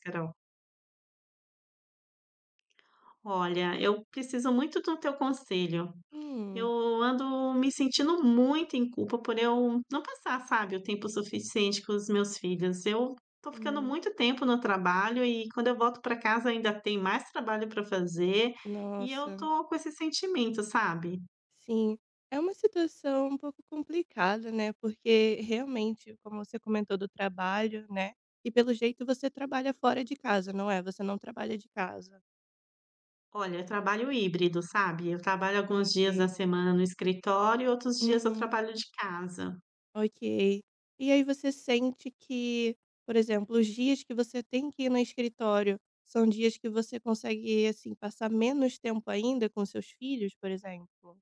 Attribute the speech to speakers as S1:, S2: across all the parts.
S1: Carol? Olha, eu preciso muito do teu conselho. Eu
S2: Hum,
S1: ando me sentindo muito em culpa por eu não passar, sabe, o tempo suficiente com os meus filhos. Eu tô ficando
S2: hum.
S1: muito tempo no trabalho e quando eu volto para casa ainda tem mais trabalho para fazer e eu
S2: Nossa,
S1: tô com esse sentimento, sabe?
S2: sim. É uma situação um pouco complicada, né, porque realmente, como você comentou do trabalho, né, e pelo jeito você trabalha fora de casa, não é? Você não trabalha de casa.
S1: Olha, eu trabalho híbrido, sabe? Eu trabalho
S2: Ah,
S1: alguns dias da
S2: ok.
S1: semana no escritório, outros dias eu
S2: Uhum,
S1: trabalho de casa.
S2: ok. E aí você sente que, por exemplo, os dias que você tem que ir no escritório são dias que você consegue, assim, passar menos tempo ainda com seus filhos, por exemplo?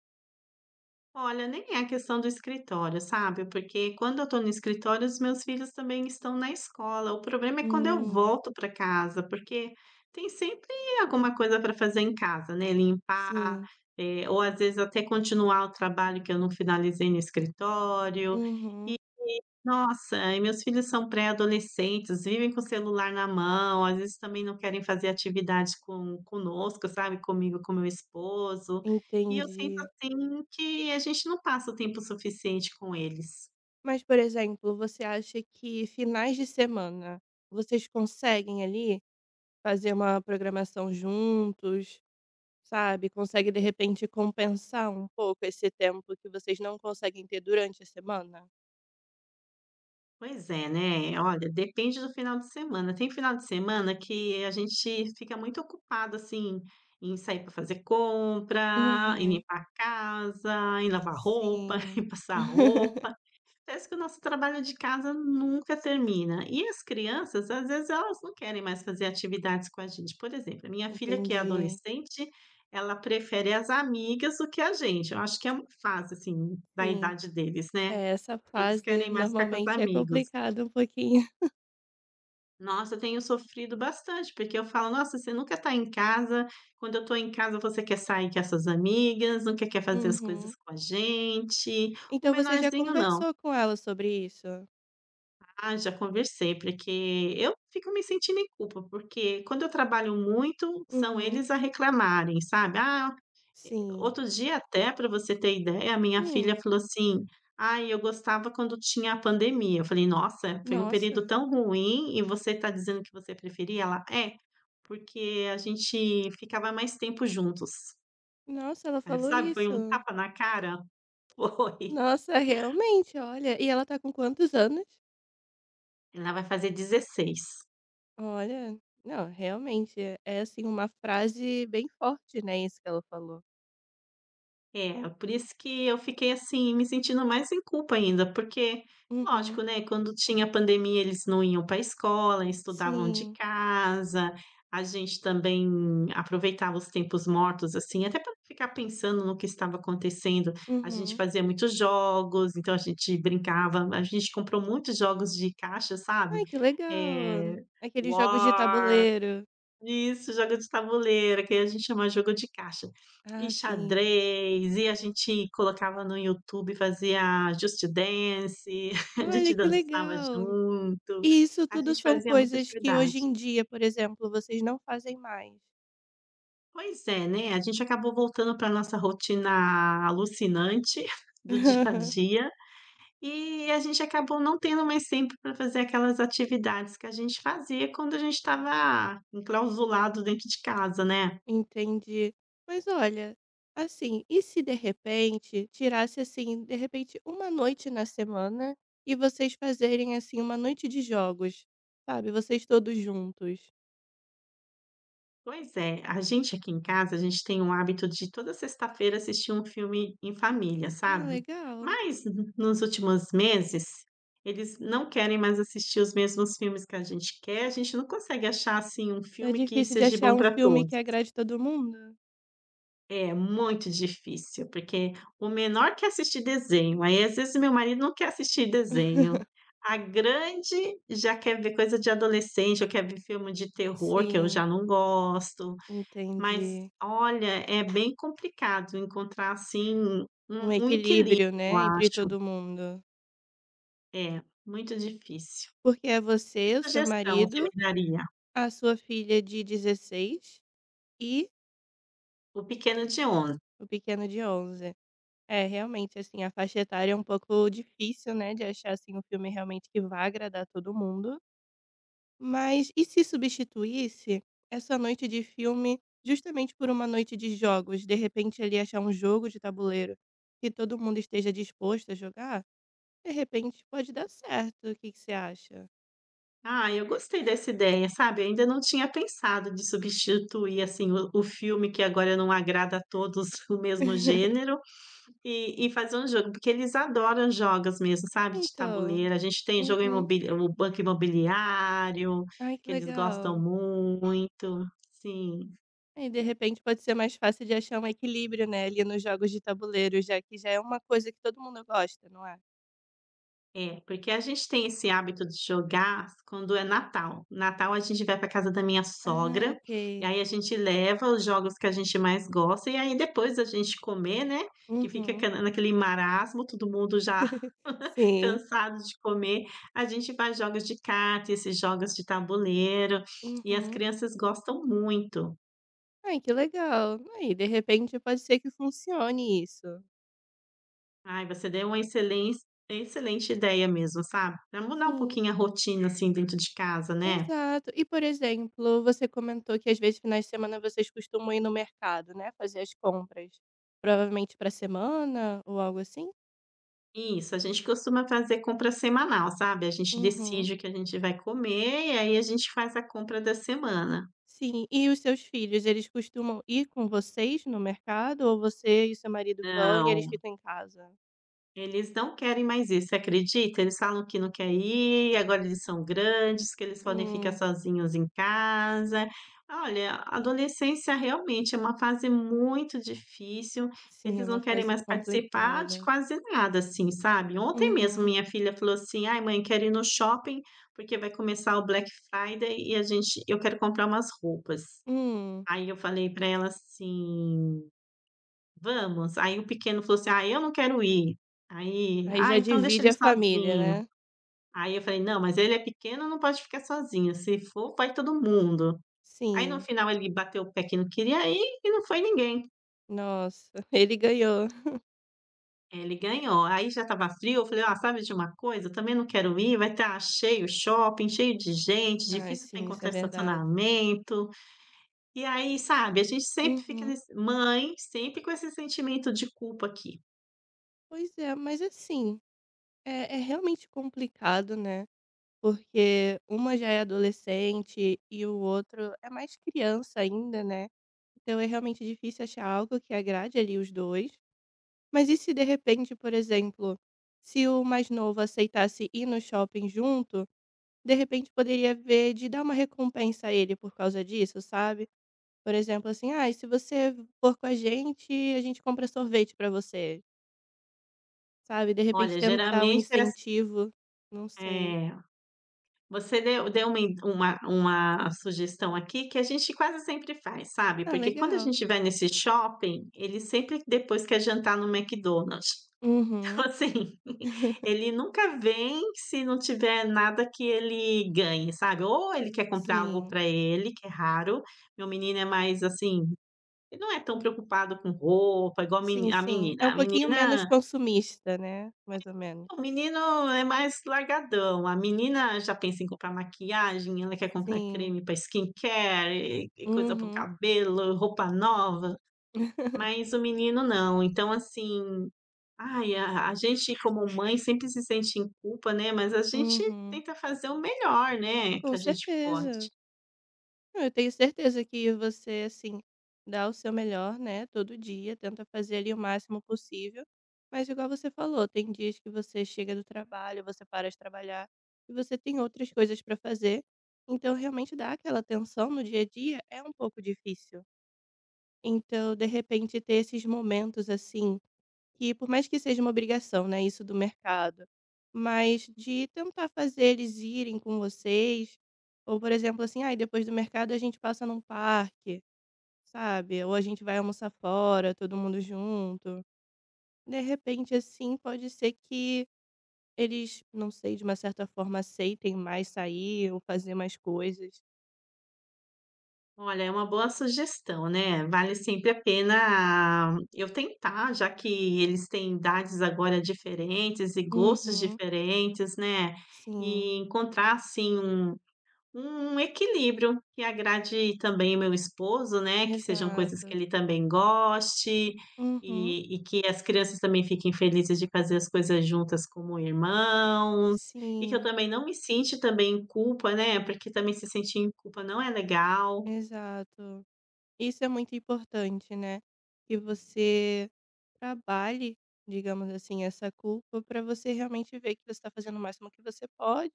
S1: Olha, nem é a questão do escritório, sabe, porque quando eu tô no escritório, os meus filhos também estão na escola. O problema é quando eu
S2: Hum,
S1: volto para casa, porque tem sempre alguma coisa para fazer em casa, né, limpar,
S2: sim.
S1: ou às vezes até continuar o trabalho que eu não finalizei no escritório.
S2: Uhum.
S1: Nossa, e meus filhos são pré-adolescentes, vivem com o celular na mão, às vezes também não querem fazer atividades com conosco, sabe, comigo, com meu esposo, e eu sinto,
S2: Entendi.
S1: assim, que a gente não passa o tempo suficiente com eles.
S2: Mas, por exemplo, você acha que finais de semana vocês conseguem ali fazer uma programação juntos, sabe? Consegue de repente compensar um pouco esse tempo que vocês não conseguem ter durante a semana?
S1: Pois é, né, olha, depende do final de semana. Tem final de semana que a gente fica muito ocupado, assim, em sair para fazer compra, em
S2: Uhum.
S1: limpar a casa, em lavar roupa,
S2: Sim.
S1: em passar roupa. Parece que o nosso trabalho de casa nunca termina. E as crianças, às vezes, elas não querem mais fazer atividades com a gente. Por exemplo, a minha filha, que é
S2: Entendi.
S1: adolescente, ela prefere as amigas do que a gente. Eu acho que é uma fase, assim, da
S2: Sim.
S1: idade deles, né?
S2: É, essa
S1: Eles
S2: fase
S1: querem mais ficar com os
S2: normalmente é
S1: amigos.
S2: complicada um pouquinho.
S1: Nossa, eu tenho sofrido bastante, porque eu falo, nossa, você nunca está em casa. Quando eu estou em casa, você quer sair com essas amigas, nunca quer fazer as
S2: Uhum.
S1: coisas com a gente. O
S2: Então você já
S1: menorzinho, não.
S2: conversou com ela sobre isso?
S1: Ah, já conversei, porque eu fico me sentindo em culpa, porque quando eu trabalho muito, são
S2: Uhum.
S1: eles a reclamarem, sabe. Ah,
S2: Sim.
S1: outro dia até, para você ter ideia, a minha filha
S2: Hum.
S1: falou assim: "Ai, eu gostava quando tinha a pandemia". Eu falei: "Nossa, foi um período
S2: Nossa,
S1: tão ruim e você está dizendo que você preferia?". Ela: "É, porque a gente ficava mais tempo juntos".
S2: nossa, ela
S1: Aí,
S2: falou
S1: sabe, foi um
S2: isso.
S1: tapa na cara. Foi.
S2: Nossa, realmente, olha. E ela tá com quantos anos?
S1: Ela vai fazer 16.
S2: Olha, não, realmente, é, assim, uma frase bem forte, né, isso que ela falou.
S1: É, por isso que eu fiquei, assim, me sentindo mais em culpa ainda, porque
S2: Uhum,
S1: lógico, né, quando tinha pandemia eles não iam para a escola, estudavam de
S2: sim.
S1: casa, a gente também aproveitava os tempos mortos, assim, até para ficar pensando no que estava acontecendo. A gente
S2: Uhum.
S1: fazia muitos jogos, então a gente brincava, a gente comprou muitos jogos de caixa, sabe?
S2: Ai, que
S1: É,
S2: legal. Aqueles jogos de
S1: War
S2: tabuleiro.
S1: isso, jogo de tabuleiro, que a gente chama jogo de caixa.
S2: Ah,
S1: E
S2: sim.
S1: xadrez, e a gente colocava no YouTube, fazia Just Dance, a
S2: Olha,
S1: gente
S2: que
S1: dançava
S2: legal.
S1: junto,
S2: E isso
S1: a
S2: tudo
S1: gente
S2: são
S1: fazia muita
S2: coisas que hoje
S1: atividade.
S2: em dia, por exemplo, vocês não fazem mais?
S1: Pois é, né, a gente acabou voltando para nossa rotina alucinante do dia a dia, e a gente acabou não tendo mais tempo para fazer aquelas atividades que a gente fazia quando a gente estava enclausurado dentro de casa, né.
S2: Entendi. Mas olha, assim, e se de repente tirasse assim, de repente, uma noite na semana e vocês fazerem assim uma noite de jogos, sabe? Vocês todos juntos.
S1: Pois é, a gente aqui em casa, a gente tem o hábito de toda sexta-feira assistir um filme em família,
S2: Ah,
S1: sabe.
S2: legal.
S1: Mas nos últimos meses, eles não querem mais assistir os mesmos filmes que a gente quer, a gente não consegue achar, assim, um
S2: Tá
S1: filme que
S2: difícil de
S1: seja
S2: achar
S1: bom
S2: um
S1: para
S2: filme
S1: todos.
S2: que agrade todo mundo?
S1: É muito difícil, porque o menor quer assistir desenho, aí às vezes meu marido não quer assistir desenho, a grande já quer ver coisa de adolescente, ou quer ver filme de terror que eu
S2: Sim,
S1: já não gosto, mas
S2: entendi.
S1: olha, é bem complicado encontrar, assim,
S2: Um
S1: um equilíbrio,
S2: equilíbrio,
S1: eu
S2: né, entre
S1: acho.
S2: todo mundo.
S1: É, muito difícil.
S2: Porque é
S1: Que
S2: você, o seu
S1: sugestão você
S2: marido,
S1: me daria?
S2: a sua filha de 16 e
S1: O Pequeno de Onda.
S2: o pequeno de 11. É, realmente, assim, a faixa etária é um pouco difícil, né, de achar, assim, um filme realmente que vá agradar todo mundo. Mas e se substituísse essa noite de filme justamente por uma noite de jogos? De repente, ali, achar um jogo de tabuleiro que todo mundo esteja disposto a jogar? De repente, pode dar certo. O que que você acha?
S1: Ah, eu gostei dessa ideia, sabe, eu ainda não tinha pensado de substituir, assim, o filme que agora não agrada a todos o mesmo gênero, e fazer um jogo, porque eles adoram jogos mesmo, sabe, de
S2: Então.
S1: tabuleiro. A gente tem jogo
S2: Uhum.
S1: imobili o Banco Imobiliário,
S2: Ai, que
S1: que eles gostam
S2: legal.
S1: muito. Sim.
S2: É, e de repente pode ser mais fácil de achar um equilíbrio, né, ali nos jogos de tabuleiro, já que já é uma coisa que todo mundo gosta, não é?
S1: É, porque a gente tem esse hábito de jogar quando é Natal. Natal a gente vai para casa da minha
S2: Ah,
S1: sogra, e
S2: ok.
S1: aí a gente leva os jogos que a gente mais gosta, e aí depois a gente comer, né, que fica
S2: Uhum.
S1: aque naquele marasmo, todo mundo já
S2: Sim.
S1: cansado de comer, a gente faz jogos de carta, esses jogos de tabuleiro, e as
S2: Uhum.
S1: crianças gostam muito.
S2: Ai, que legal. Aí, de repente pode ser que funcione isso.
S1: Ai, você deu uma excelência excelente ideia mesmo, sabe. Para mudar um
S2: Sim,
S1: pouquinho a rotina, assim, dentro de casa, né.
S2: exato. E, por exemplo, você comentou que às vezes finais de semana vocês costumam ir no mercado, né, fazer as compras. Provavelmente para semana ou algo assim?
S1: Isso, a gente costuma fazer compra semanal, sabe. A gente
S2: Uhum.
S1: decide o que a gente vai comer e aí a gente faz a compra da semana.
S2: Sim, e os seus filhos, eles costumam ir com vocês no mercado ou você e seu marido vão e eles
S1: Não,
S2: ficam em casa?
S1: eles não querem mais isso, você acredita? Eles falam que não quer ir, agora eles são grandes, que eles podem ficar
S2: Hum,
S1: sozinhos em casa. Olha, a adolescência realmente é uma fase muito difícil,
S2: sim, é
S1: eles
S2: uma
S1: não querem
S2: fase
S1: mais participar de
S2: complicada.
S1: quase nada, assim, sabe? Ontem mesmo
S2: Uhum.
S1: minha filha falou assim: "Ai, mãe, quero ir no shopping, porque vai começar o Black Friday e a gente eu quero comprar umas roupas".
S2: Hum,
S1: Aí eu falei para ela assim: vamos. Aí o pequeno falou assim: "Ah, eu não quero ir". Aí:
S2: aí
S1: "Ah,
S2: já
S1: então deixa
S2: divide
S1: ele
S2: a família,
S1: sozinho".
S2: né?
S1: Aí eu falei: "Não, mas ele é pequeno, não pode ficar sozinho, se for, vai todo mundo". Aí no
S2: Sim.
S1: final ele bateu o pé que não queria ir e não foi ninguém.
S2: Nossa, ele ganhou.
S1: Ele ganhou. Aí já estava frio, eu falei: "Ah, sabe de uma coisa? Eu também não quero ir, vai estar cheio o shopping, cheio de gente,
S2: Ai,
S1: difícil para
S2: sim, isso é
S1: encontrar
S2: verdade.
S1: estacionamento". E aí, sabe, a gente sempre fica
S2: Uhum.
S1: nesse mãe, sempre com esse sentimento de culpa aqui.
S2: Pois é, mas assim, é, é realmente complicado, né? Porque uma já é adolescente e o outro é mais criança ainda, né? Então é realmente difícil achar algo que agrade ali os dois. Mas e se de repente, por exemplo, se o mais novo aceitasse ir no shopping junto, de repente poderia ver de dar uma recompensa a ele por causa disso, sabe? Por exemplo, assim: "Ai, se você for com a gente compra sorvete pra você", sabe? De repente
S1: Olha,
S2: tentar um
S1: geralmente é ass
S2: incentivo, não sei.
S1: é. Você deu uma sugestão aqui que a gente quase sempre faz, sabe,
S2: Ah,
S1: porque quando a
S2: legal.
S1: gente vai nesse shopping, ele sempre depois quer jantar no McDonald's.
S2: Uhum.
S1: Então, assim, ele nunca vem se não tiver nada que ele ganhe, sabe, ou ele quer comprar algo
S2: Sim.
S1: para ele, que é raro, meu menino é mais, assim, ele não é tão preocupado com roupa igual a
S2: Sim,
S1: meni a
S2: sim. É
S1: menina.
S2: um
S1: A
S2: pouquinho menos
S1: menina
S2: consumista, né, mais ou menos.
S1: o menino é mais largadão. A menina já pensa em comprar maquiagem, ela quer comprar
S2: Sim.
S1: creme para skincare, e coisa para o
S2: Uhum.
S1: cabelo, roupa nova. Mas o menino não. Então, assim, ai, a gente, como mãe, sempre se sente em culpa, né? Mas a gente
S2: Uhum.
S1: tenta fazer o melhor, né? Que
S2: Com
S1: a gente
S2: certeza.
S1: pode.
S2: Não, eu tenho certeza que você, assim, dá o seu melhor, né, todo dia, tenta fazer ali o máximo possível, mas igual você falou, tem dias que você chega do trabalho, você para de trabalhar e você tem outras coisas para fazer, então realmente dar aquela atenção no dia a dia é um pouco difícil. Então, de repente, ter esses momentos, assim. Que por mais que seja uma obrigação, né, isso do mercado, mas de tentar fazer eles irem com vocês, ou por exemplo assim: "Ai, depois do mercado a gente passa num parque", sabe, ou a gente vai almoçar fora, todo mundo junto. De repente, assim, pode ser que eles, não sei, de uma certa forma aceitem mais sair ou fazer mais coisas.
S1: Olha, é uma boa sugestão, né? Vale sempre a pena eu tentar, já que eles têm idades agora diferentes e gostos
S2: Uhum,
S1: diferentes, né?
S2: sim,
S1: E encontrar assim um equilíbrio que agrade também meu esposo, né? Que sejam coisas que
S2: exato.
S1: ele também goste
S2: Uhum,
S1: e que as crianças também fiquem felizes de fazer as coisas juntas como irmãos e que eu
S2: sim,
S1: também não me sente também em culpa, né? Porque também se sentir em culpa não é legal.
S2: exato. Isso é muito importante, né, que você trabalhe, digamos assim, essa culpa para você realmente ver que você está fazendo o máximo que você pode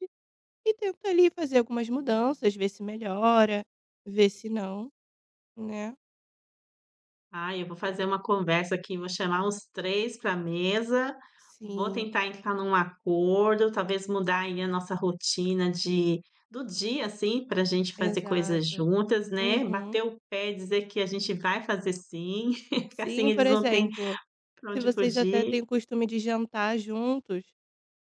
S2: e tenta ali fazer algumas mudanças, ver se melhora, ver se não, né.
S1: Ah, eu vou fazer uma conversa aqui, vou chamar uns 3 para a mesa, vou
S2: Sim,
S1: tentar entrar num acordo, talvez mudar aí a nossa rotina de do dia, assim, para a gente fazer coisas
S2: exato.
S1: juntas, né,
S2: Uhum.
S1: bater o pé e dizer que a gente vai fazer sim, que assim
S2: Sim, por
S1: eles não têm
S2: exemplo,
S1: para
S2: se
S1: onde
S2: vocês até
S1: fugir.
S2: têm o costume de jantar juntos,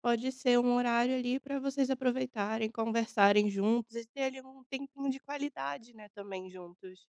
S2: pode ser um horário ali para vocês aproveitarem, conversarem juntos e ter ali um tempinho de qualidade, né, também juntos.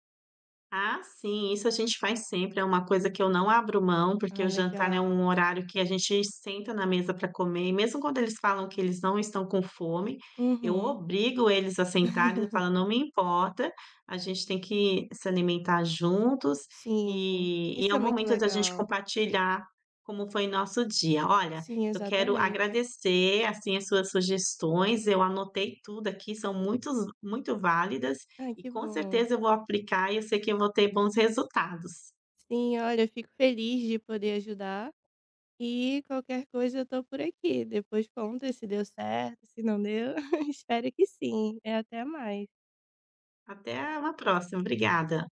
S1: Ah, sim, isso a gente faz sempre, é uma coisa que eu não abro mão, porque
S2: Ah,
S1: o jantar é um
S2: legal.
S1: horário que a gente senta na mesa para comer, e mesmo quando eles falam que eles não estão com fome, eu
S2: Uhum.
S1: obrigo eles a sentarem, eu falo: "Não me importa, a gente tem que se alimentar juntos",
S2: Sim,
S1: e
S2: isso
S1: é
S2: é
S1: o
S2: muito
S1: momento da gente
S2: legal.
S1: compartilhar como foi nosso dia. Olha,
S2: Sim,
S1: eu quero
S2: exatamente.
S1: agradecer, assim, as suas sugestões, eu anotei tudo aqui, são muito válidas,
S2: Ai,
S1: e
S2: que
S1: com
S2: bom.
S1: certeza eu vou aplicar e eu sei que eu vou ter bons resultados.
S2: Sim, olha, eu fico feliz de poder ajudar e qualquer coisa eu tô por aqui. Depois conta se deu certo, se não deu. Espero que sim. É até mais.
S1: Até uma próxima, obrigada.